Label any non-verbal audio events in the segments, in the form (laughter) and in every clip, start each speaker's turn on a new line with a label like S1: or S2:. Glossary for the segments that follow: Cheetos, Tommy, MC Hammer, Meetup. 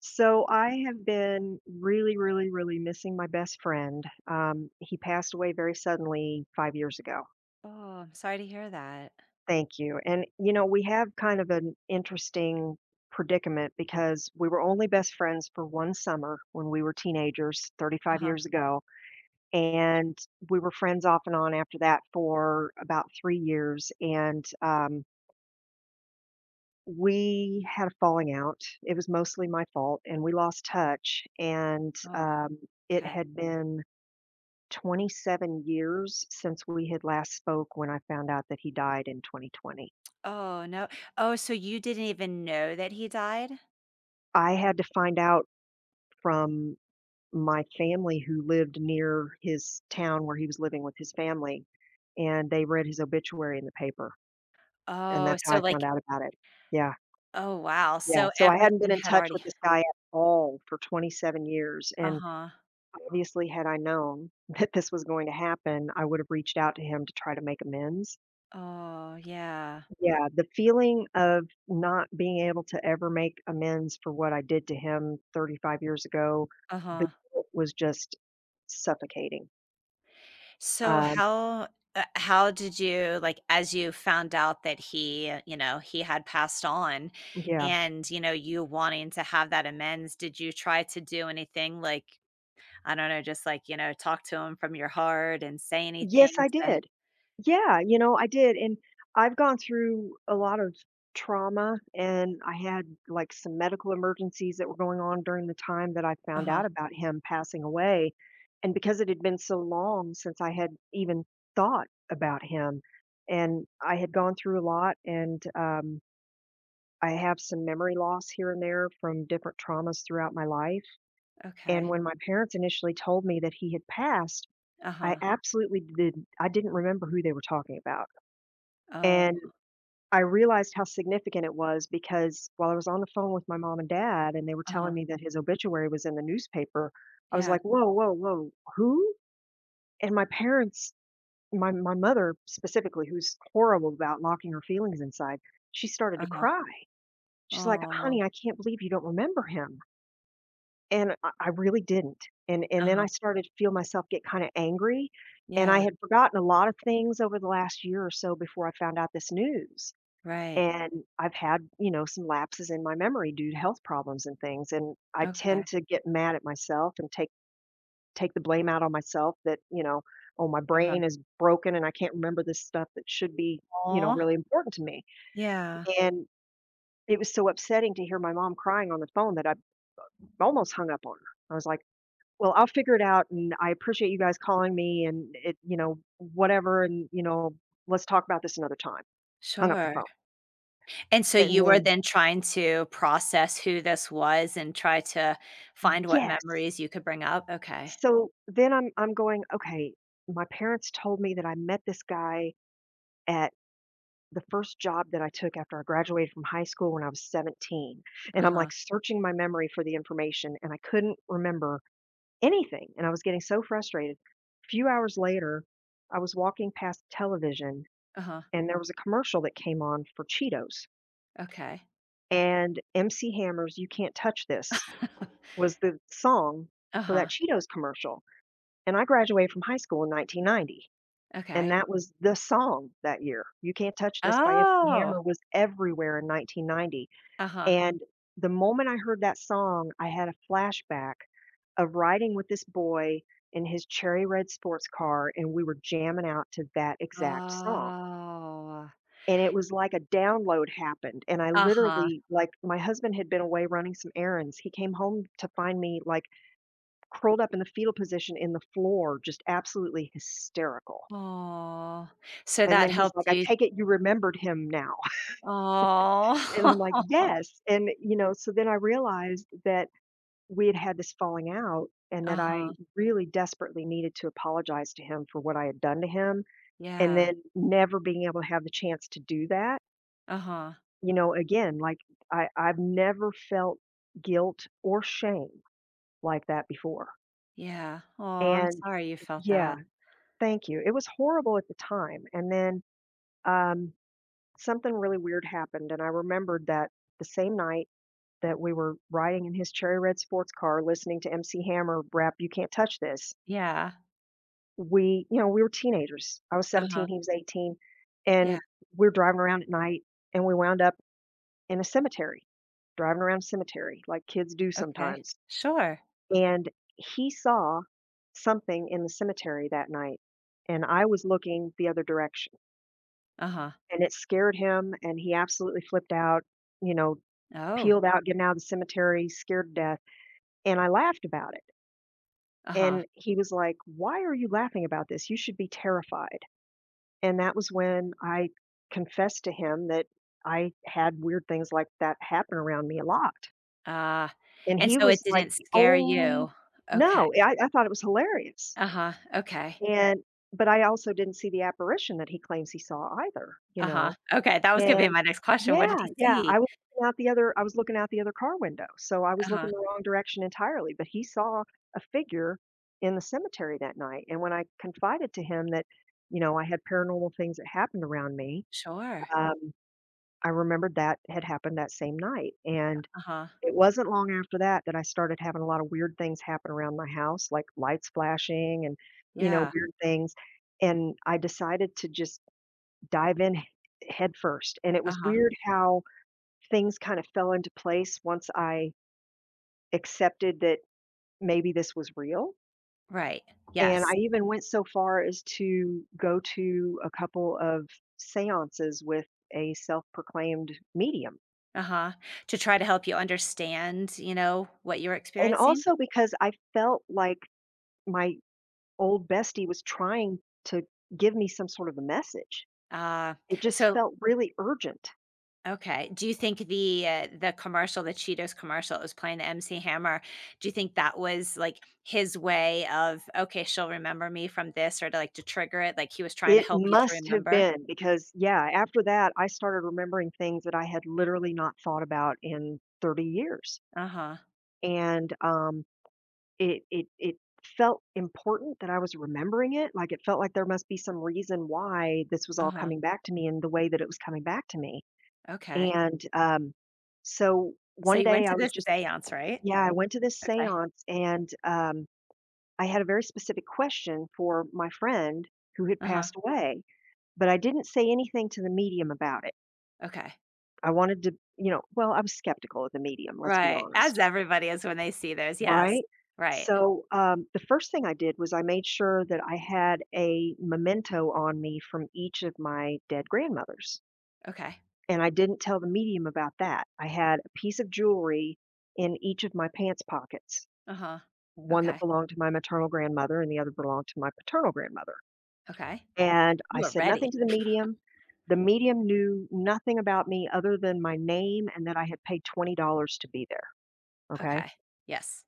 S1: So I have been really, really, really missing my best friend. He passed away very suddenly 5 years ago.
S2: Oh, I'm sorry to hear that.
S1: Thank you. And, you know, we have kind of an interesting predicament because we were only best friends for one summer when we were teenagers 35
S2: Uh-huh.
S1: years ago. And we were friends off and on after that for about 3 years. And, we had a falling out. It was mostly my fault, and we lost touch. And
S2: Oh,
S1: um, it
S2: okay.
S1: had been 27 years since we had last spoke when I found out that he died in 2020.
S2: Oh, no. Oh, so you didn't even know that he died?
S1: I had to find out from my family who lived near his town where he was living with his family, and they read his obituary in the paper, and
S2: Oh,
S1: that's how
S2: so
S1: I found
S2: like
S1: out about it. Yeah,
S2: oh, wow.
S1: yeah,
S2: So
S1: so I hadn't been
S2: everything
S1: in
S2: had
S1: touch
S2: already.
S1: with this guy at all for 27 years, and
S2: Uh-huh.
S1: obviously, had I known (laughs) that this was going to happen, I would have reached out to him to try to make amends.
S2: Oh, yeah.
S1: Yeah, the feeling of not being able to ever make amends for what I did to him 35 years ago, the
S2: Uh-huh.
S1: guilt was just suffocating.
S2: So
S1: Um,
S2: how did you like as you found out that he, you know, he had passed on
S1: yeah.
S2: and, you know, you wanting to have that amends, did you try to do anything like I don't know, just like, you know, talk to him from your heart and say
S1: Yes,
S2: anything.
S1: I did. Yeah, you know, I did, and I've gone through a lot of trauma, and I had, like, some medical emergencies that were going on during the time that I found
S2: Uh-huh,
S1: out about him passing away, and because it had been so long since I had even thought about him, and I had gone through a lot, and, I have some memory loss here and there from different traumas throughout my life, and
S2: okay.
S1: when my parents initially told me that he had passed, I
S2: Uh-huh.
S1: absolutely did I didn't remember who they were talking about,
S2: Oh,
S1: and I realized how significant it was because while I was on the phone with my mom and dad and they were
S2: uh-huh.
S1: telling me that his obituary was in the newspaper, I was
S2: Yeah,
S1: like, "Whoa, whoa, whoa, who?" And my parents my mother specifically, who's horrible about locking her feelings inside, she started to
S2: uh-huh.
S1: cry. She's like, "Honey,
S2: Oh.
S1: I can't believe you don't remember him." And I really didn't, and then I
S2: Uh-huh.
S1: started to feel myself get kinda angry, and I
S2: Yeah,
S1: had forgotten a lot of things over the last year or so before I found out this news,
S2: right.
S1: and I've had, you know, some lapses in my memory due to health problems and things, and I
S2: Okay.
S1: tend to get mad at myself and take take the blame out on myself that, you know, "Oh, my
S2: Uh-huh.
S1: brain is broken and I can't remember this stuff that should be, you know,
S2: Oh.
S1: really important to me,"
S2: Yeah,
S1: and it was so upsetting to hear my mom crying on the phone that I almost hung up on her. I was like, well, I'll figure it out, and I appreciate you guys calling me and it, whatever, and, let's talk about this another time. Hung up the
S2: sure.
S1: phone.
S2: And so
S1: And
S2: you were
S1: then
S2: then trying to process who this was and try to find what
S1: yes.
S2: memories you could bring up? Okay.
S1: So then I'm going, "Okay, my parents told me that I met this guy at the first job that I took after I graduated from high school when I was 17." And I'm,
S2: Uh-huh,
S1: like, searching my memory for the information, and I couldn't remember anything, and I was getting so frustrated. A few hours later, I was walking past television
S2: uh-huh,
S1: and there was a commercial that came on for Cheetos,
S2: okay.
S1: and MC Hammer's "You Can't Touch This"
S2: (laughs)
S1: was the song for that
S2: Uh-huh,
S1: Cheetos commercial, and I graduated from high school in 1990, and
S2: okay.
S1: that was the song that year. "You Can't Touch This" by MC
S2: Oh,
S1: Hammer was everywhere in 1990,
S2: uh-huh.
S1: and the moment I heard that song, I had a flashback of riding with this boy in his cherry red sports car, and we were jamming out to that exact song.
S2: Oh.
S1: And it was like a download happened, and I
S2: Uh-huh.
S1: literally like, my husband had been away running some errands. He came home to find me, like, curled up in the fetal position in the floor, just absolutely hysterical.
S2: Oh. So
S1: And
S2: that
S1: then he's
S2: helped
S1: like, "I
S2: you.
S1: take it you remembered him now." (laughs) And I'm like,
S2: Oh.
S1: "Yes."
S2: (laughs)
S1: And, you know, so then I realized that we had had this falling out and that I
S2: Uh-huh.
S1: really desperately needed to apologize to him for what I had done to him, and
S2: Yeah.
S1: then never being able to have the chance to do that.
S2: Uh-huh.
S1: You know, again, like, I've never felt guilt or shame like that before,
S2: Yeah. Oh, I'm
S1: and
S2: sorry you felt
S1: yeah,
S2: that.
S1: thank you. It was horrible at the time, and then, um, something really weird happened, and I remembered that the same night that we were riding in his cherry red sports car listening to MC Hammer rap "You Can't Touch This,"
S2: Yeah.
S1: we, we were teenagers. I was
S2: Uh-huh.
S1: 17, he was 18,
S2: Yeah.
S1: and we were driving around at night, and we wound up in a cemetery, driving around a cemetery like kids do
S2: Okay.
S1: sometimes.
S2: Sure.
S1: And he saw something in the cemetery that night, and I was looking the other direction,
S2: Uh-huh.
S1: and it scared him, and he absolutely flipped out, you know,
S2: Oh.
S1: peeled out, getting out of the cemetery, scared to death, and I laughed about it,
S2: Uh-huh.
S1: and he was like, "Why are you laughing about this? You should be terrified," and that was when I confessed to him that I had weird things like that happen around me a lot,
S2: Ah.
S1: and
S2: And
S1: he
S2: so it
S1: was like
S2: didn't
S1: the
S2: scare
S1: only
S2: you. Okay.
S1: No, I thought it was hilarious.
S2: Uh-huh. Okay.
S1: And but I also didn't see the apparition that he claims he saw either, you
S2: Uh-huh.
S1: know?
S2: Okay, that was gonna be
S1: And
S2: my next question. What did
S1: yeah,
S2: he
S1: yeah,
S2: see?
S1: I was looking out the other I was looking out the other car window, so I was
S2: Uh-huh.
S1: looking the wrong direction entirely, but he saw a figure in the cemetery that night, and when I confided to him that, you know, I had paranormal things that happened around me,
S2: Sure.
S1: um, I remembered that had happened that same night, and
S2: Uh-huh.
S1: it wasn't long after that that I started having a lot of weird things happen around my house, like lights flashing and, you know,
S2: Yeah.
S1: weird things, and I decided to just dive in h headfirst, and it was
S2: Uh-huh.
S1: weird how things kind of fell into place once I accepted that maybe this was real,
S2: Right.
S1: and I
S2: Yes.
S1: even went so far as to go to a couple of seances with a self-proclaimed medium,
S2: Uh-huh. To try to help you understand, you know, what you're
S1: and
S2: experiencing?
S1: also because I felt like my old bestie was trying to give me some sort of a message.
S2: Uh,
S1: It just
S2: so
S1: felt really urgent.
S2: okay, do you think the commercial, the Cheetos commercial it was playing the MC Hammer, do you think that was, like, his way of, "Okay, she'll remember me from this," or to, like, to trigger it, like, he was trying to
S1: It
S2: help you to
S1: must have
S2: remember?
S1: been because, yeah, after that, I started remembering things that I had literally not thought about in 30 years.
S2: Uh-huh,
S1: And it felt important that I was remembering it. Like it felt like there must be some reason why this was all
S2: uh-huh,
S1: coming back to me in the way that it was coming back to me.
S2: okay.
S1: And so
S2: So
S1: one
S2: you
S1: day
S2: went
S1: I
S2: to
S1: was
S2: this
S1: just,
S2: seance, right?
S1: yeah, I went to this
S2: Okay.
S1: seance and I had a very specific question for my friend who had
S2: Uh-huh,
S1: passed away, but I didn't say anything to the medium about it.
S2: okay.
S1: I wanted to, you know, well, I was skeptical of the medium, let's be
S2: Right, as
S1: honest,
S2: everybody is when they see those, yes.
S1: right?
S2: Right,
S1: So the first thing I did was I made sure that I had a memento on me from each of my dead grandmothers.
S2: okay.
S1: And I didn't tell the medium about that. I had a piece of jewelry in each of my pants pockets,
S2: Uh-huh.
S1: one that
S2: Okay,
S1: belonged to my maternal grandmother and the other belonged to my paternal grandmother.
S2: okay.
S1: And I
S2: You are
S1: said
S2: ready.
S1: nothing to the medium. The medium knew nothing about me other than my name and that I had paid $20 to be there, okay?
S2: Okay. Yes.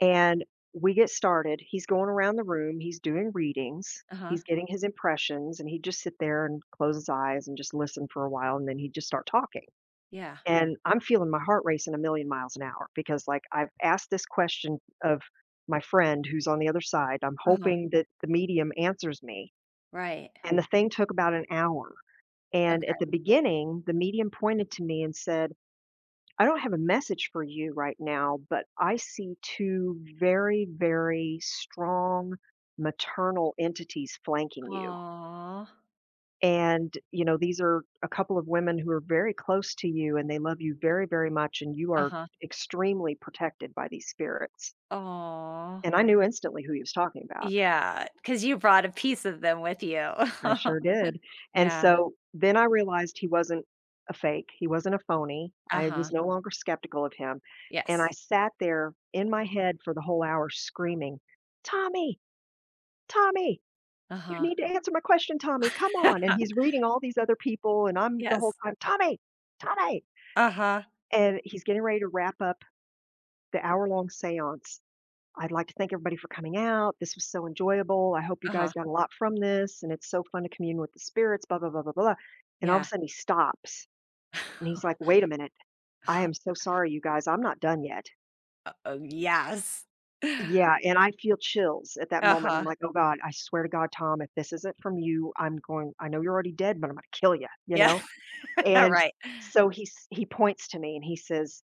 S1: And we get started. He's going around the room, he's doing readings,
S2: Uh-huh.
S1: he's getting his impressions, and he'd just sit there and close his eyes and just listen for a while, and then he'd just start talking.
S2: Yeah.
S1: And I'm feeling my heart racing a million miles an hour because, like, I've asked this question of my friend who's on the other side. I'm
S2: Uh-huh.
S1: hoping that the medium answers me.
S2: Right.
S1: And the thing took about an hour. And at
S2: Okay.
S1: the beginning, the medium pointed to me and said, I don't have a message for you right now, but I see two very, very strong maternal entities flanking you.
S2: Aw.
S1: And, you know, these are a couple of women who are very close to you and they love you very, very much. And you are
S2: Uh-huh.
S1: extremely protected by these spirits.
S2: Aw.
S1: And I knew instantly who he was talking about.
S2: Yeah. Because you brought a piece of them with you.
S1: I
S2: (laughs)
S1: sure did, and
S2: Yeah.
S1: so then I realized he wasn't a fake, he wasn't a phony, I was
S2: Uh-huh.
S1: no longer skeptical of him, and I
S2: Yes.
S1: sat there in my head for the whole hour screaming, "Tommy, Tommy, you
S2: Uh-huh.
S1: need to answer my question, Tommy, come on," and he's
S2: (laughs)
S1: reading all these other people, and I'm the whole
S2: Yes.
S1: time, "Tommy, Tommy,"
S2: Uh-huh.
S1: and he's getting ready to wrap up the hour-long seance, I'd like to thank everybody for coming out. This was so enjoyable. I hope you
S2: Uh-huh.
S1: guys got a lot from this, and it's so fun to commune with the spirits, blah, blah, blah, blah, blah. And all of a
S2: Yeah.
S1: sudden he stops and he's like,
S2: (laughs)
S1: wait a minute. I am so sorry, you guys. I'm not done yet.
S2: Oh, yes.
S1: Yeah.
S2: (laughs)
S1: And I feel chills at that moment. I'm
S2: Uh-huh.
S1: like, oh God, I swear to God, Tom, if this isn't from you, I'm going, I know you're already dead, but I'm going to kill you, you
S2: Yeah.
S1: know?
S2: (laughs) All
S1: And
S2: right.
S1: so he's, he points to me and he says,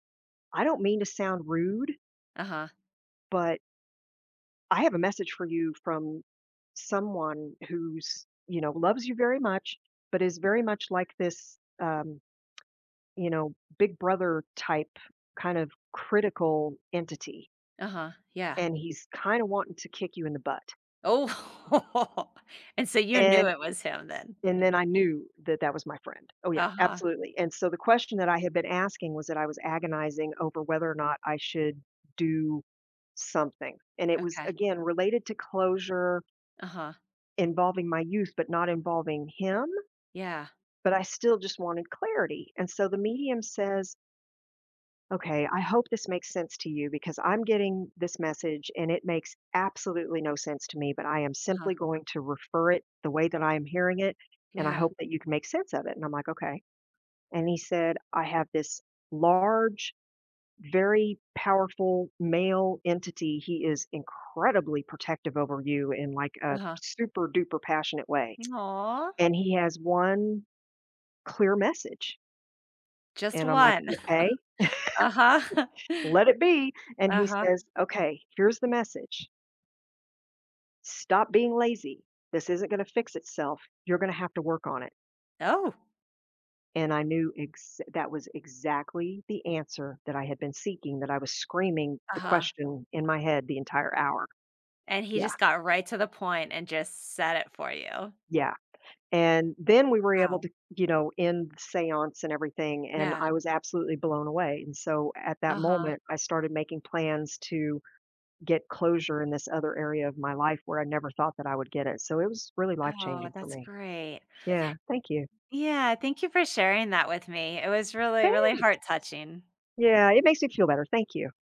S1: I don't mean to sound rude,
S2: Uh-huh.
S1: but I have a message for you from someone who's, you know, loves you very much, but is very much like this, you know, big brother type kind of critical entity.
S2: Uh-huh. Yeah.
S1: And he's kind of wanting to kick you in the butt.
S2: Oh. (laughs) And so you knew
S1: And
S2: it was him then.
S1: and then I knew that that was my friend. Oh yeah,
S2: Uh-huh.
S1: absolutely. And so the question that I had been asking was that I was agonizing over whether or not I should do something. And it was
S2: Okay.
S1: again related to closure
S2: Uh-huh.
S1: involving my youth, but not involving him.
S2: Yeah.
S1: But I still just wanted clarity, and so the medium says, "Okay, I hope this makes sense to you because I'm getting this message and it makes absolutely no sense to me, but I am
S2: Uh-huh.
S1: simply going to refer it the way that I am hearing it, and I
S2: Yeah.
S1: hope that you can make sense of it." And I'm like, "Okay." And he said, "I have this large, very powerful male entity. He is incredibly protective over you in like a
S2: Uh-huh.
S1: super duper passionate way,
S2: Aw.
S1: and he has one clear message.
S2: Just
S1: And I'm like,
S2: one. (laughs)
S1: "Okay,
S2: Uh-huh. (laughs)
S1: let it be." And he
S2: Uh-huh.
S1: says, "Okay, here's the message. Stop being lazy. This isn't gonna fix itself. You're gonna have to work on it."
S2: Oh.
S1: And I knew ex that was exactly the answer that I had been seeking, that I was screaming the
S2: Uh-huh.
S1: question in my head the entire hour.
S2: And he
S1: Yeah,
S2: just got right to the point and just said it for you.
S1: yeah. And then we were able
S2: Wow.
S1: to, you know, end the seance and everything, and
S2: Yeah.
S1: I was absolutely blown away. And so at that
S2: Uh-huh.
S1: moment, I started making plans to get closure in this other area of my life where I never thought that I would get it. So it was really life
S2: Oh,
S1: changing for
S2: that's
S1: me.
S2: great.
S1: Yeah, thank you.
S2: Yeah, thank you for sharing that with me. It was really, really
S1: Thanks.
S2: heart touching.
S1: Yeah, it makes me feel better. Thank you.